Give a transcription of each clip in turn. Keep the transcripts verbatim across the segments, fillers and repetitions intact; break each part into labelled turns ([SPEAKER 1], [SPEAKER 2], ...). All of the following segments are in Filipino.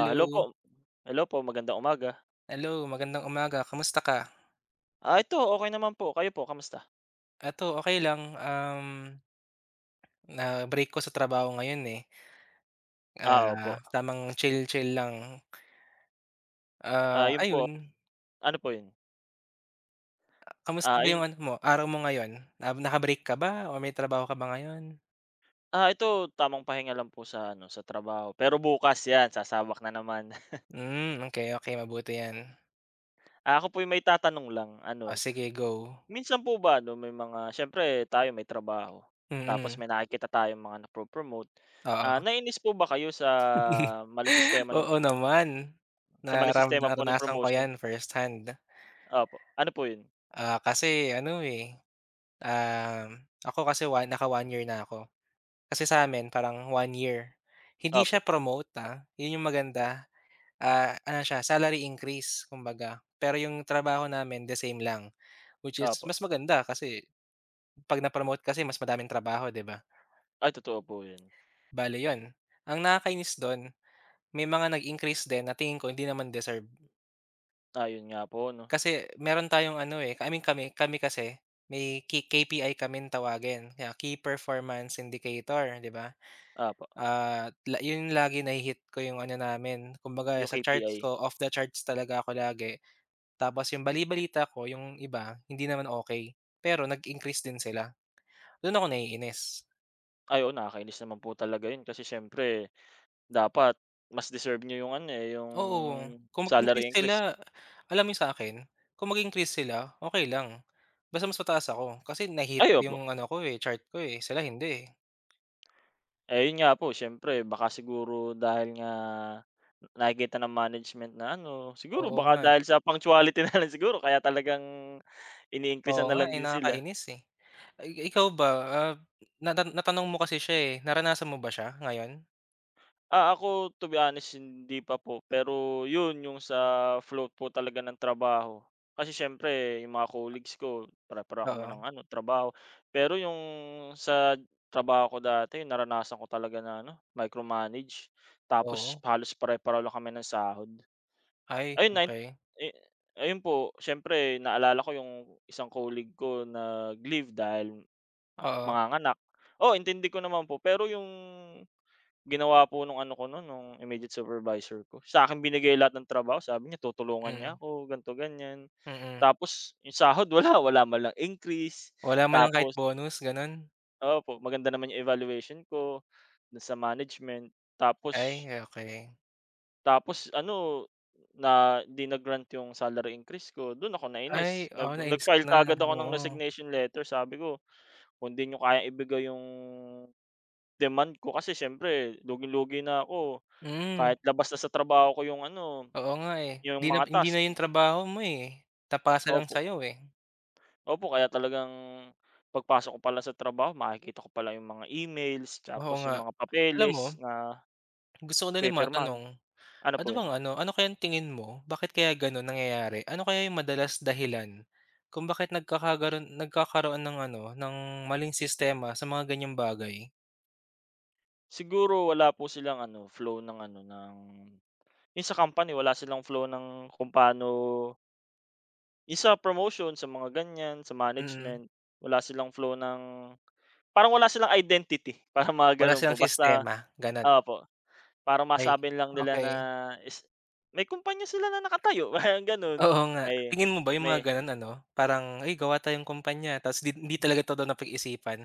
[SPEAKER 1] Ah, hello po. Hello po, magandang umaga.
[SPEAKER 2] Hello, magandang umaga. Kamusta ka?
[SPEAKER 1] Ah, ito okey naman po. Kayo po kamusta?
[SPEAKER 2] Eto okay lang, um, na-break ko sa trabaho ngayon, eh.
[SPEAKER 1] Ah,
[SPEAKER 2] Ah,
[SPEAKER 1] opo.
[SPEAKER 2] tamang chill-chill lang. Ah,
[SPEAKER 1] Ah, 'yun po,
[SPEAKER 2] ayun,
[SPEAKER 1] ano po 'yun?
[SPEAKER 2] kamusta
[SPEAKER 1] Ah,
[SPEAKER 2] ba
[SPEAKER 1] ayun
[SPEAKER 2] yung ano mo, araw mo ngayon? Na naka-break ka ba o may trabaho ka ba ngayon?
[SPEAKER 1] ah, ito tamang pahinga lang po sa ano, sa trabaho. Pero bukas 'yan, sasabak na naman.
[SPEAKER 2] Hmm, okay, okay, mabuti 'yan.
[SPEAKER 1] Ah, ako po yung may tatanong lang,
[SPEAKER 2] Oh,
[SPEAKER 1] ano,
[SPEAKER 2] sige go.
[SPEAKER 1] minsan po ba ano, may mga siyempre tayo may trabaho, tapos
[SPEAKER 2] Mm,
[SPEAKER 1] may nakikita tayong mga nagpo-promote. Ah,
[SPEAKER 2] oo.
[SPEAKER 1] naiinis po ba kayo sa mali sistema ng
[SPEAKER 2] Oo naman,
[SPEAKER 1] sa mali
[SPEAKER 2] naram
[SPEAKER 1] sistema po ng
[SPEAKER 2] naranasan ko
[SPEAKER 1] promotion?
[SPEAKER 2] 'yan first hand.
[SPEAKER 1] Opo. Ano po 'yun?
[SPEAKER 2] Ah, kasi ano, eh, um, ako kasi one naka one year na ako. Kasi sa amin parang one year. Hindi
[SPEAKER 1] Opo,
[SPEAKER 2] siya promote, ah, 'yun yung maganda. Ah, ano siya, salary increase kumbaga. Pero yung trabaho namin the same lang, which is
[SPEAKER 1] opo.
[SPEAKER 2] mas maganda kasi 'pag na-promote kasi mas madaming trabaho, 'di ba?
[SPEAKER 1] Ay totoo po 'yun.
[SPEAKER 2] Bale 'yun, ang nakakainis do'n may mga nag-increase din na tingin ko hindi naman deserve.
[SPEAKER 1] Ah, 'yun nga po 'no,
[SPEAKER 2] Kasi meron tayong ano, eh, I mean kami kami kasi may K KPI kaming tawagin, kaya Key Performance Indicator, 'di ba?
[SPEAKER 1] opo.
[SPEAKER 2] Ah, la yun lagi nahi-hit ko yung ano namin, kumbaga
[SPEAKER 1] Yung
[SPEAKER 2] sa
[SPEAKER 1] K P I.
[SPEAKER 2] charts ko, off the charts talaga ako lagi. Tapos yung bali-balita ko yung iba, hindi naman okay pero nag-increase din sila. Dun ako naiinis.
[SPEAKER 1] Ay, oo, nakakainis naman po talaga yun kasi siyempre dapat mas deserve niyo yung ano, eh, yung
[SPEAKER 2] Oo, kung
[SPEAKER 1] salary
[SPEAKER 2] mag-increase
[SPEAKER 1] increase.
[SPEAKER 2] sila, alam mo yung sa akin kung mag-increase sila, okay lang. Basta mas mataas ako kasi nahi-hit
[SPEAKER 1] Ay, opo.
[SPEAKER 2] yung ano ko, eh, chart ko, eh, sila hindi, eh.
[SPEAKER 1] Eh, yun nga po siyempre baka siguro dahil nga nakikita ng management na ano, siguro
[SPEAKER 2] Oo
[SPEAKER 1] baka
[SPEAKER 2] nga, eh.
[SPEAKER 1] dahil sa punctuality na lang siguro kaya talagang ini-increase'an
[SPEAKER 2] Oo
[SPEAKER 1] na
[SPEAKER 2] nga,
[SPEAKER 1] lang
[SPEAKER 2] eh,
[SPEAKER 1] din sila.
[SPEAKER 2] nakakainis, eh. I ikaw ba, ah, na na- natanong mo kasi siya, eh, naranasan mo ba siya ngayon?
[SPEAKER 1] Ah, ako to be honest hindi pa po, pero 'yun yung sa float po talaga ng trabaho. Kasi siyempre yung mga colleagues ko pare-pareho kami
[SPEAKER 2] Oo.
[SPEAKER 1] ng ano trabaho. Pero yung sa trabaho ko dati naranasan ko talaga na ano, micromanage tapos
[SPEAKER 2] Oo.
[SPEAKER 1] halos pare-pareho lang kami ng sahod.
[SPEAKER 2] Ay,
[SPEAKER 1] Ayun nai
[SPEAKER 2] okey.
[SPEAKER 1] eh, ayun po siyempre naalala ko yung isang colleague ko nag-leave dahil
[SPEAKER 2] Oo,
[SPEAKER 1] manganganak. Oh, intindi ko naman po pero yung ginawa po nung ano ko nun, nung immediate supervisor ko, sa akin binigay lahat ng trabaho, sabi niya tutulungan niya
[SPEAKER 2] mm,
[SPEAKER 1] ako ganto ganyan.
[SPEAKER 2] mm.
[SPEAKER 1] Tapos yung sahod wala, wala man lang increase.
[SPEAKER 2] Wala man lang kahit
[SPEAKER 1] Tapos
[SPEAKER 2] bonus, gano'n?
[SPEAKER 1] opo, maganda naman yung evaluation ko dun sa management. Tapos
[SPEAKER 2] Ay, okey.
[SPEAKER 1] tapos ano, na 'di na-grant yung salary increase ko, dun ako
[SPEAKER 2] Ay,
[SPEAKER 1] nainis. Nag
[SPEAKER 2] oo, nainis ko
[SPEAKER 1] nag-file
[SPEAKER 2] na,
[SPEAKER 1] kaagad ako ng
[SPEAKER 2] oo.
[SPEAKER 1] resignation letter, sabi ko, "Kung 'di niyo kayang ibigay yung demand ko," kasi siyempre luging-lugi na ako.
[SPEAKER 2] Mm,
[SPEAKER 1] Kahit labas na sa trabaho ko yung ano,
[SPEAKER 2] oo nga, eh.
[SPEAKER 1] yung
[SPEAKER 2] Hindi na
[SPEAKER 1] mga
[SPEAKER 2] hindi na
[SPEAKER 1] task
[SPEAKER 2] 'yung trabaho mo, eh, tapasa lang
[SPEAKER 1] opo,
[SPEAKER 2] sa'yo, eh.
[SPEAKER 1] opo kaya talagang pagpasok ko pa sa trabaho makikita ko pa yung mga emails
[SPEAKER 2] Oo
[SPEAKER 1] tapos
[SPEAKER 2] nga.
[SPEAKER 1] yung mga
[SPEAKER 2] Alam mo,
[SPEAKER 1] papeles na
[SPEAKER 2] gusto ko na rin
[SPEAKER 1] pipirmahan.
[SPEAKER 2] matanong,
[SPEAKER 1] Ano
[SPEAKER 2] ano
[SPEAKER 1] po yun?
[SPEAKER 2] bang ano, ano kayang tingin mo, bakit kaya gano'n nangyayari? Ano kaya 'yung madalas dahilan kung bakit nagkakagaroon nagkakaroon ng ano, ng maling sistema sa mga ganiyang bagay?
[SPEAKER 1] Siguro wala po silang ano, flow ng ano, ng yung sa company wala silang flow ng kung paano yung sa promotion, sa mga ganyan, sa
[SPEAKER 2] Mm.
[SPEAKER 1] management, wala silang flow ng parang wala silang identity, parang mga
[SPEAKER 2] Wala
[SPEAKER 1] ganun po
[SPEAKER 2] silang
[SPEAKER 1] basta
[SPEAKER 2] sistema, gano'n.
[SPEAKER 1] opo. Para
[SPEAKER 2] Ay,
[SPEAKER 1] masabi lang nila
[SPEAKER 2] okey.
[SPEAKER 1] na is may kumpanya sila na nakatayo parang gano'n.
[SPEAKER 2] Oo nga.
[SPEAKER 1] May
[SPEAKER 2] Tingin mo ba yung mga
[SPEAKER 1] may
[SPEAKER 2] gano'n ano, parang, "Ay gawa tayong kumpanya," tapos di hindi talaga 'to daw napag-isipan?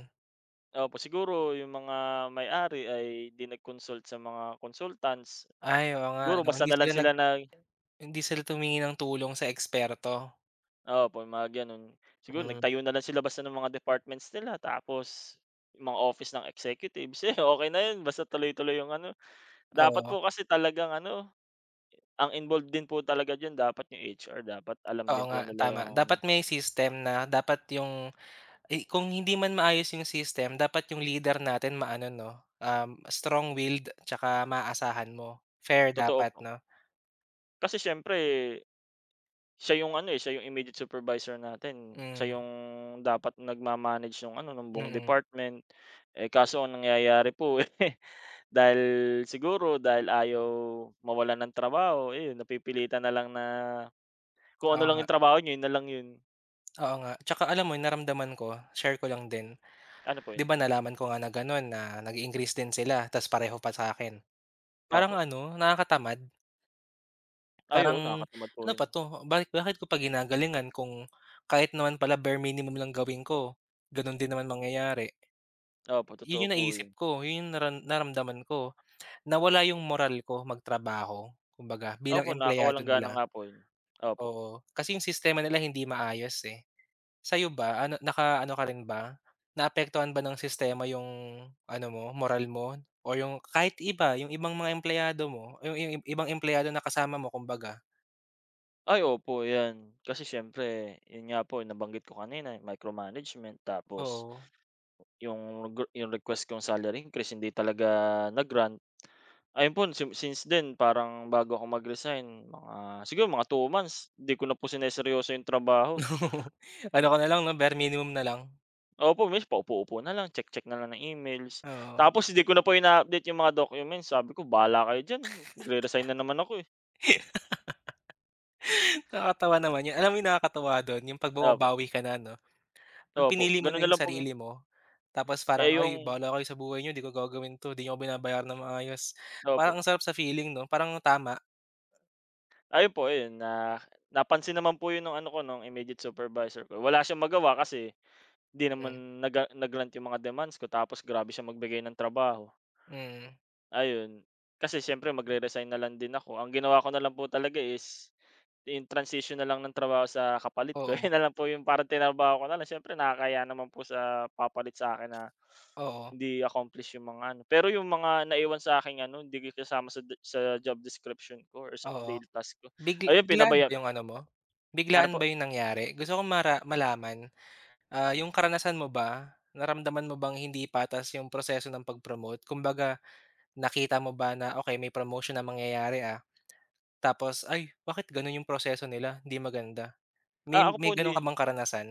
[SPEAKER 1] opo, siguro yung mga may-ari ay 'di nag-consult sa mga consultants.
[SPEAKER 2] Ay, oo nga
[SPEAKER 1] Siguro
[SPEAKER 2] 'no,
[SPEAKER 1] basta
[SPEAKER 2] hindi
[SPEAKER 1] na lang
[SPEAKER 2] sila nag
[SPEAKER 1] sila nag
[SPEAKER 2] hindi sila tumingi ng tulong sa eksperto.
[SPEAKER 1] opo, yung mga gano'n. Siguro
[SPEAKER 2] Mm,
[SPEAKER 1] nagtayo na lang sila basta ng mga departments nila tapos yung mga office ng executives, eh, okay na yun basta tuloy-tuloy yung ano. Dapat
[SPEAKER 2] oo.
[SPEAKER 1] po kasi talagang ano, ang involved din po talaga diyan dapat yung H R, dapat alam
[SPEAKER 2] Oo
[SPEAKER 1] din po
[SPEAKER 2] nga,
[SPEAKER 1] nila
[SPEAKER 2] tama.
[SPEAKER 1] yung
[SPEAKER 2] Dapat may system, na dapat yung ay kung hindi man maayos yung system, dapat yung leader natin maano 'no, um, strong-willed 'tsaka maaasahan mo. Fair
[SPEAKER 1] totoo
[SPEAKER 2] dapat
[SPEAKER 1] po.
[SPEAKER 2] 'no?
[SPEAKER 1] Kasi siyempre siya yung ano, eh, siya yung immediate supervisor natin, siya
[SPEAKER 2] Mm,
[SPEAKER 1] yung dapat nagma-manage nung ano, ng buong
[SPEAKER 2] mm.
[SPEAKER 1] department. Eh, kaso ang nangyayari po, eh, dahil siguro dahil ayaw mawalan ng trabaho, ayun napipilitan na lang na kung ano
[SPEAKER 2] Oo
[SPEAKER 1] lang
[SPEAKER 2] nga,
[SPEAKER 1] yung trabaho niyo, yun na lang yun.
[SPEAKER 2] oo nga. 'Tsaka alam mo naramdaman ko, share ko lang din.
[SPEAKER 1] Ano po
[SPEAKER 2] 'Di
[SPEAKER 1] yun?
[SPEAKER 2] ba nalaman ko nga na gano'n na nag increase din sila ta's pareho pa sa'kin. Parang
[SPEAKER 1] Opo.
[SPEAKER 2] ano, nakakatamad.
[SPEAKER 1] Ay, oo,
[SPEAKER 2] Parang,
[SPEAKER 1] nakakatamad po
[SPEAKER 2] "Ano
[SPEAKER 1] yun.
[SPEAKER 2] pa 'to? Bakit bakit ko pa ginagalingan kung kahit naman pala bare minimum lang gawin ko, gano'n din naman mangyayari."
[SPEAKER 1] Opo,
[SPEAKER 2] 'Yun
[SPEAKER 1] totoo
[SPEAKER 2] yung
[SPEAKER 1] po
[SPEAKER 2] naisip
[SPEAKER 1] yun.
[SPEAKER 2] ko, 'yun yung naran naramdaman ko. Nawala yung moral ko magtrabaho kumbaga
[SPEAKER 1] Opo,
[SPEAKER 2] bilang empleyado
[SPEAKER 1] nakakawalang gana
[SPEAKER 2] nila,
[SPEAKER 1] nga po yun. Opo.
[SPEAKER 2] oo. Kasi yung sistema nila hindi maayos, eh. Sa'yo ba ano nakaano ka rin ba, naapektuhan ba ng sistema yung ano mo, moral mo o yung kahit iba, yung ibang mga empleyado mo, yung yung ibang empleyado na kasama mo kumbaga?
[SPEAKER 1] Ay, opo, 'yan. Kasi siyempre, yun nga po nabanggit ko kanina, eh, micromanagement tapos
[SPEAKER 2] Oo.
[SPEAKER 1] Yung gr yung request kong salary increase hindi talaga na-grant. Ayun po si since then parang bago ako mag-resign mga siguro mga two months, 'di ko na po sineryoso yung trabaho.
[SPEAKER 2] Ano
[SPEAKER 1] Hmm,
[SPEAKER 2] ka na lang 'no, bare minimum na lang,
[SPEAKER 1] opo miss paupo-upo na lang, check-check na lang ng emails.
[SPEAKER 2] oo.
[SPEAKER 1] Tapos hindi ko na po ina-update yung mga documents, sabi ko, "Bahala kayo diyan, magre-resign na naman ako, eh."
[SPEAKER 2] Nakakatawa naman yun. Alam mo yung nakakatuwa dun yung 'pag
[SPEAKER 1] Opo,
[SPEAKER 2] bumabawi ka na 'no, 'pag
[SPEAKER 1] opo
[SPEAKER 2] pinili mo
[SPEAKER 1] gano'n
[SPEAKER 2] na
[SPEAKER 1] na
[SPEAKER 2] yung
[SPEAKER 1] lang po yun.
[SPEAKER 2] sarili mo, tapos parang,
[SPEAKER 1] Eh,
[SPEAKER 2] "Ay
[SPEAKER 1] yung
[SPEAKER 2] bahala kayo sa buhay niyo, 'di ko gagawin 'to, 'di niyo ako binabayaran ng maayos." Parang ang
[SPEAKER 1] opo,
[SPEAKER 2] sarap sa feeling 'no, parang tama,
[SPEAKER 1] ayun po ayun na napansin naman po yun ng ano ko nung immediate supervisor ko, wala siyang magawa kasi hindi naman
[SPEAKER 2] mm,
[SPEAKER 1] nag-grant yung mga demands ko tapos grabe siya magbigay ng trabaho,
[SPEAKER 2] mm.
[SPEAKER 1] ayun. Kasi siyempre magre-resign na lang din ako, ang ginawa ko na lang po talaga is yung transition na lang ng trabaho sa kapalit ko,
[SPEAKER 2] Oo,
[SPEAKER 1] yun na lang po yung parang tinrabaho ko na lang, siyempre nakakahiya naman po sa papalit sa akin na
[SPEAKER 2] oo,
[SPEAKER 1] hindi accomplish yung mga ano. Pero yung mga naiwan sa akin ano, hindi kasama sa de sa job description ko or sa
[SPEAKER 2] oo.
[SPEAKER 1] daily task ko,
[SPEAKER 2] Bigla
[SPEAKER 1] ayun
[SPEAKER 2] biglaan
[SPEAKER 1] pinabaya
[SPEAKER 2] ba yung ano mo?
[SPEAKER 1] ano po,
[SPEAKER 2] Biglaan ba yung nangyari? Gusto kong mara malaman, ah, yung karanasan mo ba, naramdaman mo bang hindi patas yung proseso ng pag-promote? Kumbaga, nakita mo ba na, "Okey, may promotion na mangyayari, ah." Tapos, "Ay, bakit gano'n yung proseso nila, hindi maganda." May
[SPEAKER 1] ah, ako po
[SPEAKER 2] may gano'n ka
[SPEAKER 1] hindi
[SPEAKER 2] bang karanasan?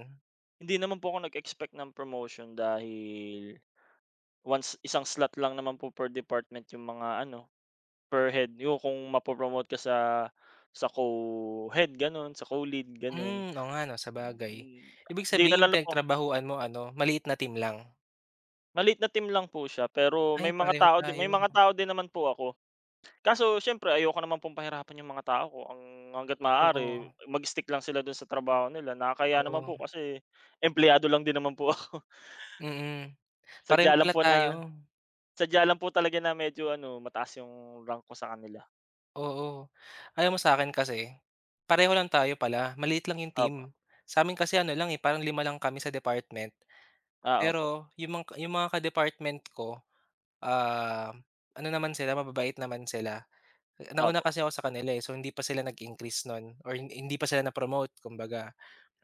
[SPEAKER 1] hindi naman po ako nag-expect ng promotion dahil once isang slot lang naman po per department yung mga ano, per head. Yung kung mapo ka sa sa co-head gano'n, sa co-lead gano'n.
[SPEAKER 2] Hmm, oo nga 'no, sabagay.
[SPEAKER 1] Hmm,
[SPEAKER 2] Ibig
[SPEAKER 1] 'di
[SPEAKER 2] sabihin yung
[SPEAKER 1] nalala po,
[SPEAKER 2] pinagtrabahuan mo ano, maliit na team lang?
[SPEAKER 1] maliit na team lang po siya pero
[SPEAKER 2] Ay,
[SPEAKER 1] may mga
[SPEAKER 2] pareho
[SPEAKER 1] tao din may
[SPEAKER 2] tayo.
[SPEAKER 1] mga tao din naman po ako. Kaso siyempre ayoko naman pong pahirapan yung mga tao ko ang hangga't maaari
[SPEAKER 2] Oo,
[SPEAKER 1] mag-stick lang sila dun sa trabaho nila. Nakakahiya naman
[SPEAKER 2] oo.
[SPEAKER 1] po kasi empleyado lang din naman po ako.
[SPEAKER 2] Mm. Pareho
[SPEAKER 1] Sadya lang
[SPEAKER 2] pala
[SPEAKER 1] po na
[SPEAKER 2] tayo.
[SPEAKER 1] sadya lang po talaga na medyo ano, mataas yung rank ko sa kanila.
[SPEAKER 2] Oo. Alam mo sa akin kasi, pareho lang tayo pala, maliit lang yung team.
[SPEAKER 1] Opo,
[SPEAKER 2] sa Sa'min kasi ano lang, eh, parang lima lang kami sa department.
[SPEAKER 1] ah, opo.
[SPEAKER 2] Pero yung mga yung mga ka-department ko, ah, ano naman sila, mababait naman sila. Nauna
[SPEAKER 1] Opo,
[SPEAKER 2] kasi ako sa kanila, eh, so hindi pa sila nag-increase nun or hin- hindi pa sila na-promote kumbaga.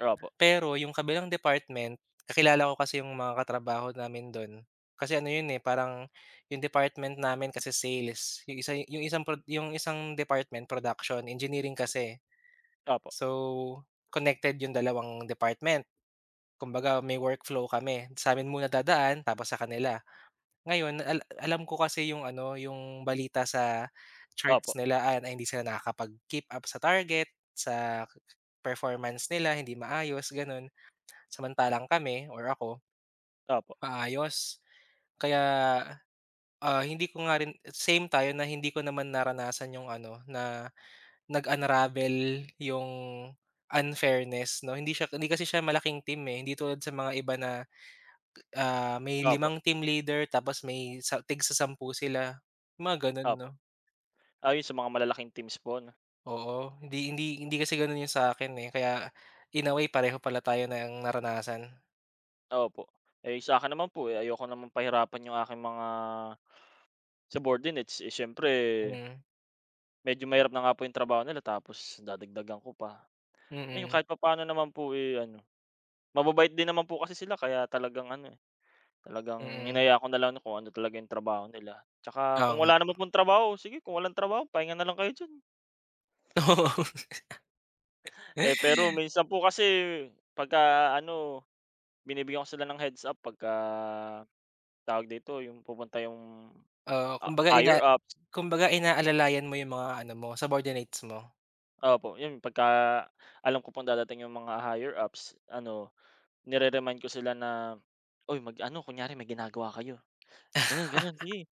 [SPEAKER 1] opo,
[SPEAKER 2] Pero yung kabilang department, kakilala ko kasi yung mga katrabaho namin dun. Kasi ano yun, eh, parang yung department namin kasi sales, yung isa yung isang prod yung isang department production, engineering kasi.
[SPEAKER 1] opo,
[SPEAKER 2] So, connected yung dalawang department. Kumbaga may workflow kami, sa'min muna dadaan tapos sa kanila. Ngayon al alam ko kasi yung ano, yung balita sa
[SPEAKER 1] opo,
[SPEAKER 2] charts nila, ah, na hindi sila nakakapag-keep up sa target, sa performance nila hindi maayos, ganun. Samantalang kami or ako,
[SPEAKER 1] opo,
[SPEAKER 2] maayos. Kaya, ah, hindi ko nga rin same tayo na hindi ko naman naranasan yung ano, na nag-unravel yung unfairness 'no. Hindi siya hindi kasi siya malaking team, eh, hindi tulad sa mga iba na, ah, may
[SPEAKER 1] opo,
[SPEAKER 2] limang team leader tapos may sa tig-sasampu sila, mga gano'n
[SPEAKER 1] opo.
[SPEAKER 2] 'no.
[SPEAKER 1] Ayun sa mga malalaking teams po 'no,
[SPEAKER 2] Oo, hindi hindi hindi kasi gano'n yung sa akin eh, kaya in a way pareho pala tayo na ang naranasan.
[SPEAKER 1] opo. Eh, sa akin naman po, eh, ayoko naman pahirapan yung aking mga subordinates, eh, siyempre
[SPEAKER 2] Hmm,
[SPEAKER 1] medyo mahirap na nga po yung trabaho nila tapos dadagdagan ko pa. Ayun
[SPEAKER 2] mm,
[SPEAKER 1] kahit papaano naman po, eh, ano mababait din naman po kasi sila kaya talagang ano, eh, talagang
[SPEAKER 2] mm.
[SPEAKER 1] hinayaan ko na lang kung ano talaga yung trabaho nila. Tsaka
[SPEAKER 2] Oo
[SPEAKER 1] kung wala
[SPEAKER 2] nga.
[SPEAKER 1] naman pong trabaho, sige kung walang trabaho pahinga na lang kayo diyan. Eh,
[SPEAKER 2] Oo.
[SPEAKER 1] pero minsan po kasi pagka ano binibigyan ko sila ng heads up pagka, tawag dito, yung pupunta yung,
[SPEAKER 2] Oo,
[SPEAKER 1] ah,
[SPEAKER 2] kumbaga ina
[SPEAKER 1] higher ups,
[SPEAKER 2] kumbaga inaalalayan mo yung mga ano mo, subordinates mo.
[SPEAKER 1] opo, yun pagka alam ko pong dadating yung mga higher ups, ano, nire-remind ko sila na, "Uy mag-ano," kunyari may ginagawa kayo, gano'n, gano'n, sige,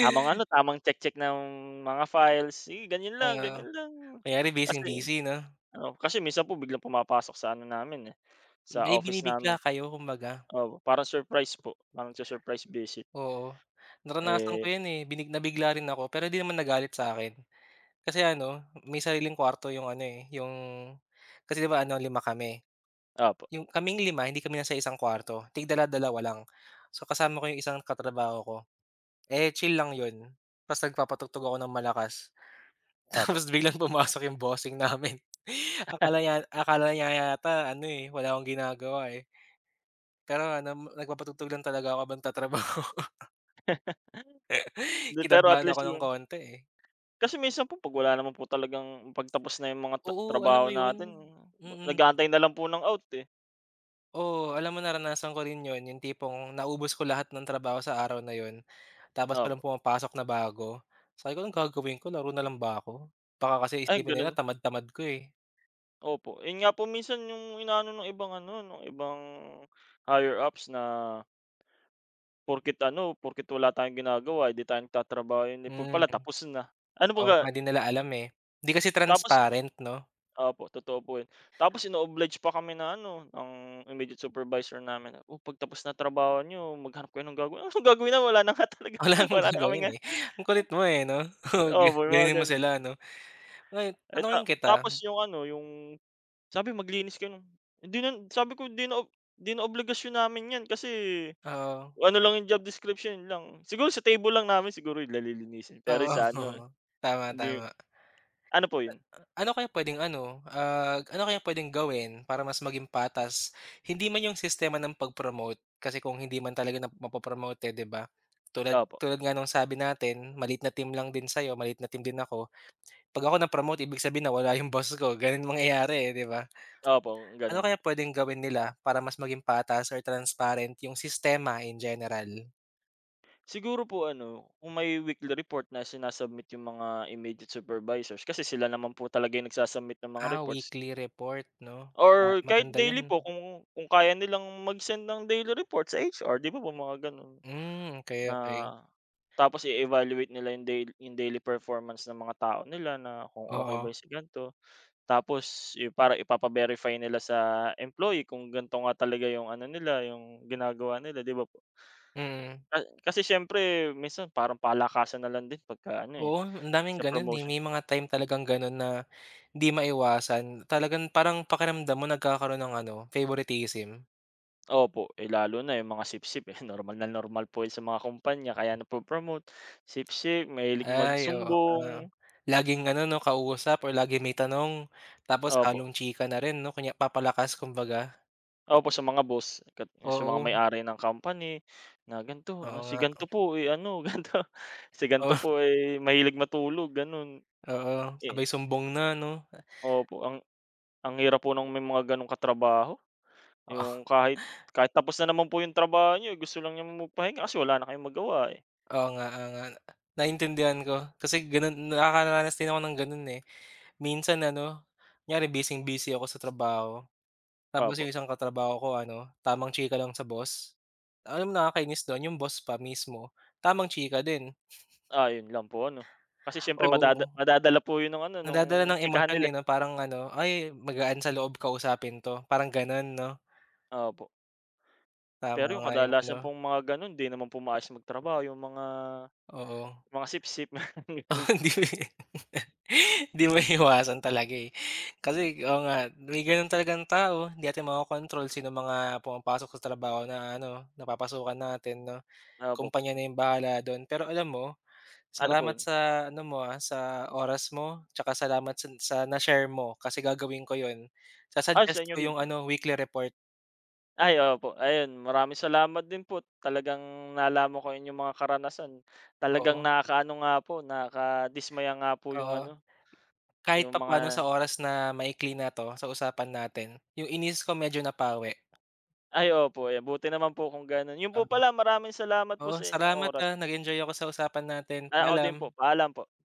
[SPEAKER 1] tamang ano, tamang check-check ng mga files, sige ganyan lang,
[SPEAKER 2] Oo,
[SPEAKER 1] ganyan lang.
[SPEAKER 2] kunyari
[SPEAKER 1] Kasi
[SPEAKER 2] busy-busy 'no?
[SPEAKER 1] ano, kasi minsan po biglang pumapasok sa ano namin, eh, sa
[SPEAKER 2] Hindi,
[SPEAKER 1] office
[SPEAKER 2] binibigla
[SPEAKER 1] namin,
[SPEAKER 2] kayo kumbaga,
[SPEAKER 1] opo, parang surprise po, parang nagsu-surprise visit,
[SPEAKER 2] oo. Naranasan ko
[SPEAKER 1] eh
[SPEAKER 2] 'yan, eh, binig nabigla rin ako pero 'di naman nagalit sa'kin. Kasi ano, may sariling kwarto yung ano, eh, yung kasi 'di ba ano, lima kami.
[SPEAKER 1] opo,
[SPEAKER 2] Yung kaming lima hindi kami nasa isang kwarto, tig dala-dalawa lang. So kasama ko yung isang katrabaho ko, eh, chill lang 'yun. Ta's nagpapatugtog ako ng malakas.
[SPEAKER 1] opo.
[SPEAKER 2] Tapos biglang pumasok yung bossing namin. Akala niya akala niya yata ano, eh, wala akong ginagawa, eh. Pero ano, nagpapatugtog lang talaga ako habang tatrabaho.
[SPEAKER 1] Hindi, pero at
[SPEAKER 2] Kinabahan ako
[SPEAKER 1] least
[SPEAKER 2] ng
[SPEAKER 1] yun
[SPEAKER 2] konti, eh.
[SPEAKER 1] kasi minsan po 'pag wala naman po talagang pagtapos na yung mga ta
[SPEAKER 2] Oo, alam mo
[SPEAKER 1] trabaho
[SPEAKER 2] yun?
[SPEAKER 1] natin ba-
[SPEAKER 2] Mm.
[SPEAKER 1] nag-aantay na lang po ng out, eh.
[SPEAKER 2] Oo, alam mo naranasan ko rin yun, yung tipong naubos ko lahat ng trabaho sa araw na yun, tapos
[SPEAKER 1] Opo,
[SPEAKER 2] walang pumapasok na bago. Sabi ko, "Anong gagawin ko, laro na lang ba ako?" Baka kasi
[SPEAKER 1] ay
[SPEAKER 2] isipin
[SPEAKER 1] ganun,
[SPEAKER 2] nila tamad-tamad ko, eh.
[SPEAKER 1] opo. Yun nga po minsan yung inaano ng ibang ano, ng ibang higher ups na porket ano, porket wala tayong ginagawa, eh, di tayo nagtatrabaho, yun eh, po
[SPEAKER 2] Mm,
[SPEAKER 1] pala tapos na. Ano po
[SPEAKER 2] oo
[SPEAKER 1] ga
[SPEAKER 2] nga, 'di nila alam, eh. Di kasi
[SPEAKER 1] tapos
[SPEAKER 2] transparent 'no?
[SPEAKER 1] opo, totoo po yun. Tapos ino-oblige pa kami na ano, ng immediate supervisor namin na, "Oh, 'pag tapos na trabaho niyo maghanap kayo ng gagawin." Anong gagawin na wala na nga talaga,
[SPEAKER 2] Wala kang
[SPEAKER 1] wala na kaming
[SPEAKER 2] gagawin, eh. Ang kulit mo, eh, 'no? Oo, ga
[SPEAKER 1] opo, yung mga
[SPEAKER 2] ganunin mo
[SPEAKER 1] gano'n.
[SPEAKER 2] sila 'no? Ngayon
[SPEAKER 1] Eh, ta
[SPEAKER 2] tanungin kita,
[SPEAKER 1] tapos yung ano, yung sabi maglinis kayo nung hindi na, sabi ko, "Hindi na hindi na obligasyon namin 'yan kasi
[SPEAKER 2] oo,
[SPEAKER 1] ano lang yung job description, lang." Siguro sa table lang namin siguro yung lilinisin, pero
[SPEAKER 2] oo,
[SPEAKER 1] sa ano,
[SPEAKER 2] Tama,
[SPEAKER 1] hindi
[SPEAKER 2] tama.
[SPEAKER 1] ano po yun?
[SPEAKER 2] Ano kaya puwedeng ano, ah, ano kaya puwedeng gawin para mas maging patas, hindi man yung sistema ng pag-promote, kasi kung hindi man talaga na mapo-promote, eh, 'di ba? Tulad
[SPEAKER 1] Opo,
[SPEAKER 2] tulad nga nung sabi natin, maliit na team lang din sa'yo, maliit na team din ako. 'Pag ako na-promote, ibig sabihin nawala yung boss ko, gano'n mangyayari, eh, 'di ba?
[SPEAKER 1] opo,
[SPEAKER 2] Ano
[SPEAKER 1] gano'n.
[SPEAKER 2] kaya pwedeng gawin nila para mas maging patas or transparent yung sistema in general?
[SPEAKER 1] Siguro po ano, kung may weekly report na sinasubmit yung mga immediate supervisors kasi sila naman po talaga yung nagsa ng mga
[SPEAKER 2] Ah,
[SPEAKER 1] reports
[SPEAKER 2] weekly report 'no? Ah,
[SPEAKER 1] or kahit
[SPEAKER 2] maganda
[SPEAKER 1] daily
[SPEAKER 2] yun.
[SPEAKER 1] po kung kung kaya nilang mag-send ng daily report sa H R, 'di ba po mga gano'n?
[SPEAKER 2] Hmm, okay
[SPEAKER 1] Na
[SPEAKER 2] okay.
[SPEAKER 1] tapos i-evaluate nila yung daily yung daily performance ng mga tao nila na kung okay
[SPEAKER 2] Oo,
[SPEAKER 1] ba yung si gan'to. Tapos i para ipapa-verify nila sa employee kung gan'to nga talaga yung ano nila, yung ginagawa nila, 'di ba po?
[SPEAKER 2] mm.
[SPEAKER 1] Ka kasi siyempre minsan parang palakasan na lang din pagka ano, eh,
[SPEAKER 2] Oo, ang daming
[SPEAKER 1] sa
[SPEAKER 2] gano'n, eh,
[SPEAKER 1] promotion.
[SPEAKER 2] may mga time talagang gano'n na di maiwasan. Talagang parang pakiramdam mo nagkakaroon ng ano, favoritism.
[SPEAKER 1] Opo, eh, lalo na yung mga sip eh, normal na normal po yun sa mga kumpanya kaya napo-promote. Sip sip mahilig
[SPEAKER 2] Ay, oo
[SPEAKER 1] magsumbong,
[SPEAKER 2] nga. Laging ano 'no, kausap or laging may tanong tapos
[SPEAKER 1] opo.
[SPEAKER 2] halong chika na rin 'no, kunya papalakas kumbaga.
[SPEAKER 1] Opo, sa mga boss, kat sa mga
[SPEAKER 2] Oo,
[SPEAKER 1] may-ari ng company na gan'to, ah,
[SPEAKER 2] oo
[SPEAKER 1] si
[SPEAKER 2] nga.
[SPEAKER 1] gan'to po, eh, ano gan'to, si gan'to po, eh, mahilig matulog gano'n.
[SPEAKER 2] Oo,
[SPEAKER 1] Eh
[SPEAKER 2] sabay sumbong na 'no?
[SPEAKER 1] opo, ang ang hirap po ng may mga gano'ng katrabaho,
[SPEAKER 2] Oo,
[SPEAKER 1] yung kahit kahit tapos na naman po yung trabaho niyo, eh, gusto lang niyang magpahinga kasi wala na kayong magawa, eh.
[SPEAKER 2] oo nga, oo nga. Naintindihan ko kasi gano'n nakakaranas din ako ng gano'n, eh. Minsan ano, kunyari bising-busy ako sa trabaho tapos
[SPEAKER 1] Opo.
[SPEAKER 2] yung isang katrabaho ko ano, tamang chika lang sa boss. Alam mo nakakainis do'n yung boss pa mismo, tamang chika din.
[SPEAKER 1] Ah, yun lang po ano, kasi siyempre
[SPEAKER 2] Oo,
[SPEAKER 1] madada madadala po yun ng ano, nung
[SPEAKER 2] nadadala ng
[SPEAKER 1] chikahan
[SPEAKER 2] emosyon,
[SPEAKER 1] nila,
[SPEAKER 2] eh,
[SPEAKER 1] eh.
[SPEAKER 2] 'no, parang ano, "Ay magaan sa loob kausapin 'to." Parang gano'n 'no?
[SPEAKER 1] Opo,
[SPEAKER 2] Tama
[SPEAKER 1] pero yung
[SPEAKER 2] nga yung ano,
[SPEAKER 1] kadalasan pong mga gano'n 'di naman po maayos magtrabaho, yung mga
[SPEAKER 2] oo.
[SPEAKER 1] mga sip sip mga
[SPEAKER 2] Oo,
[SPEAKER 1] gano'n.
[SPEAKER 2] hindi hindi maiwasan talaga, eh. Kasi oo nga, may gano'n talagang tao. Hindi natin makokontrol sino mga pumapasok sa trabaho na ano, napapasukan natin 'no.
[SPEAKER 1] Opo.
[SPEAKER 2] Kumpanya na 'yung bahala do'n. Pero alam mo,
[SPEAKER 1] Ano po
[SPEAKER 2] salamat
[SPEAKER 1] yun?
[SPEAKER 2] sa ano mo, ah, sa oras mo, tsaka salamat sa sa na-share mo kasi gagawin ko 'yun. Sa
[SPEAKER 1] Ah, sa inyo
[SPEAKER 2] ko
[SPEAKER 1] din
[SPEAKER 2] 'Yung
[SPEAKER 1] po.
[SPEAKER 2] ano, weekly report.
[SPEAKER 1] Ay, opo. Ayun, maraming salamat din po. Talagang nalaman ko yung mga karanasan. Talagang
[SPEAKER 2] Oo,
[SPEAKER 1] nakakaano nga po, nakadismaya nga po yung
[SPEAKER 2] oo.
[SPEAKER 1] ano,
[SPEAKER 2] Kahit
[SPEAKER 1] yung mga
[SPEAKER 2] papaano sa oras na maikli na 'to, sa usapan natin, 'yung inis ko medyo napawi.
[SPEAKER 1] ay, opo. Ayan, buti naman po kung gano'n. Yun po
[SPEAKER 2] Ah,
[SPEAKER 1] pala, maraming salamat po
[SPEAKER 2] oo,
[SPEAKER 1] sa inyong
[SPEAKER 2] salamat,
[SPEAKER 1] oras.
[SPEAKER 2] ah, nag-enjoy ako sa usapan natin.
[SPEAKER 1] Ah, ako
[SPEAKER 2] Paalam.
[SPEAKER 1] din po. Paalam po.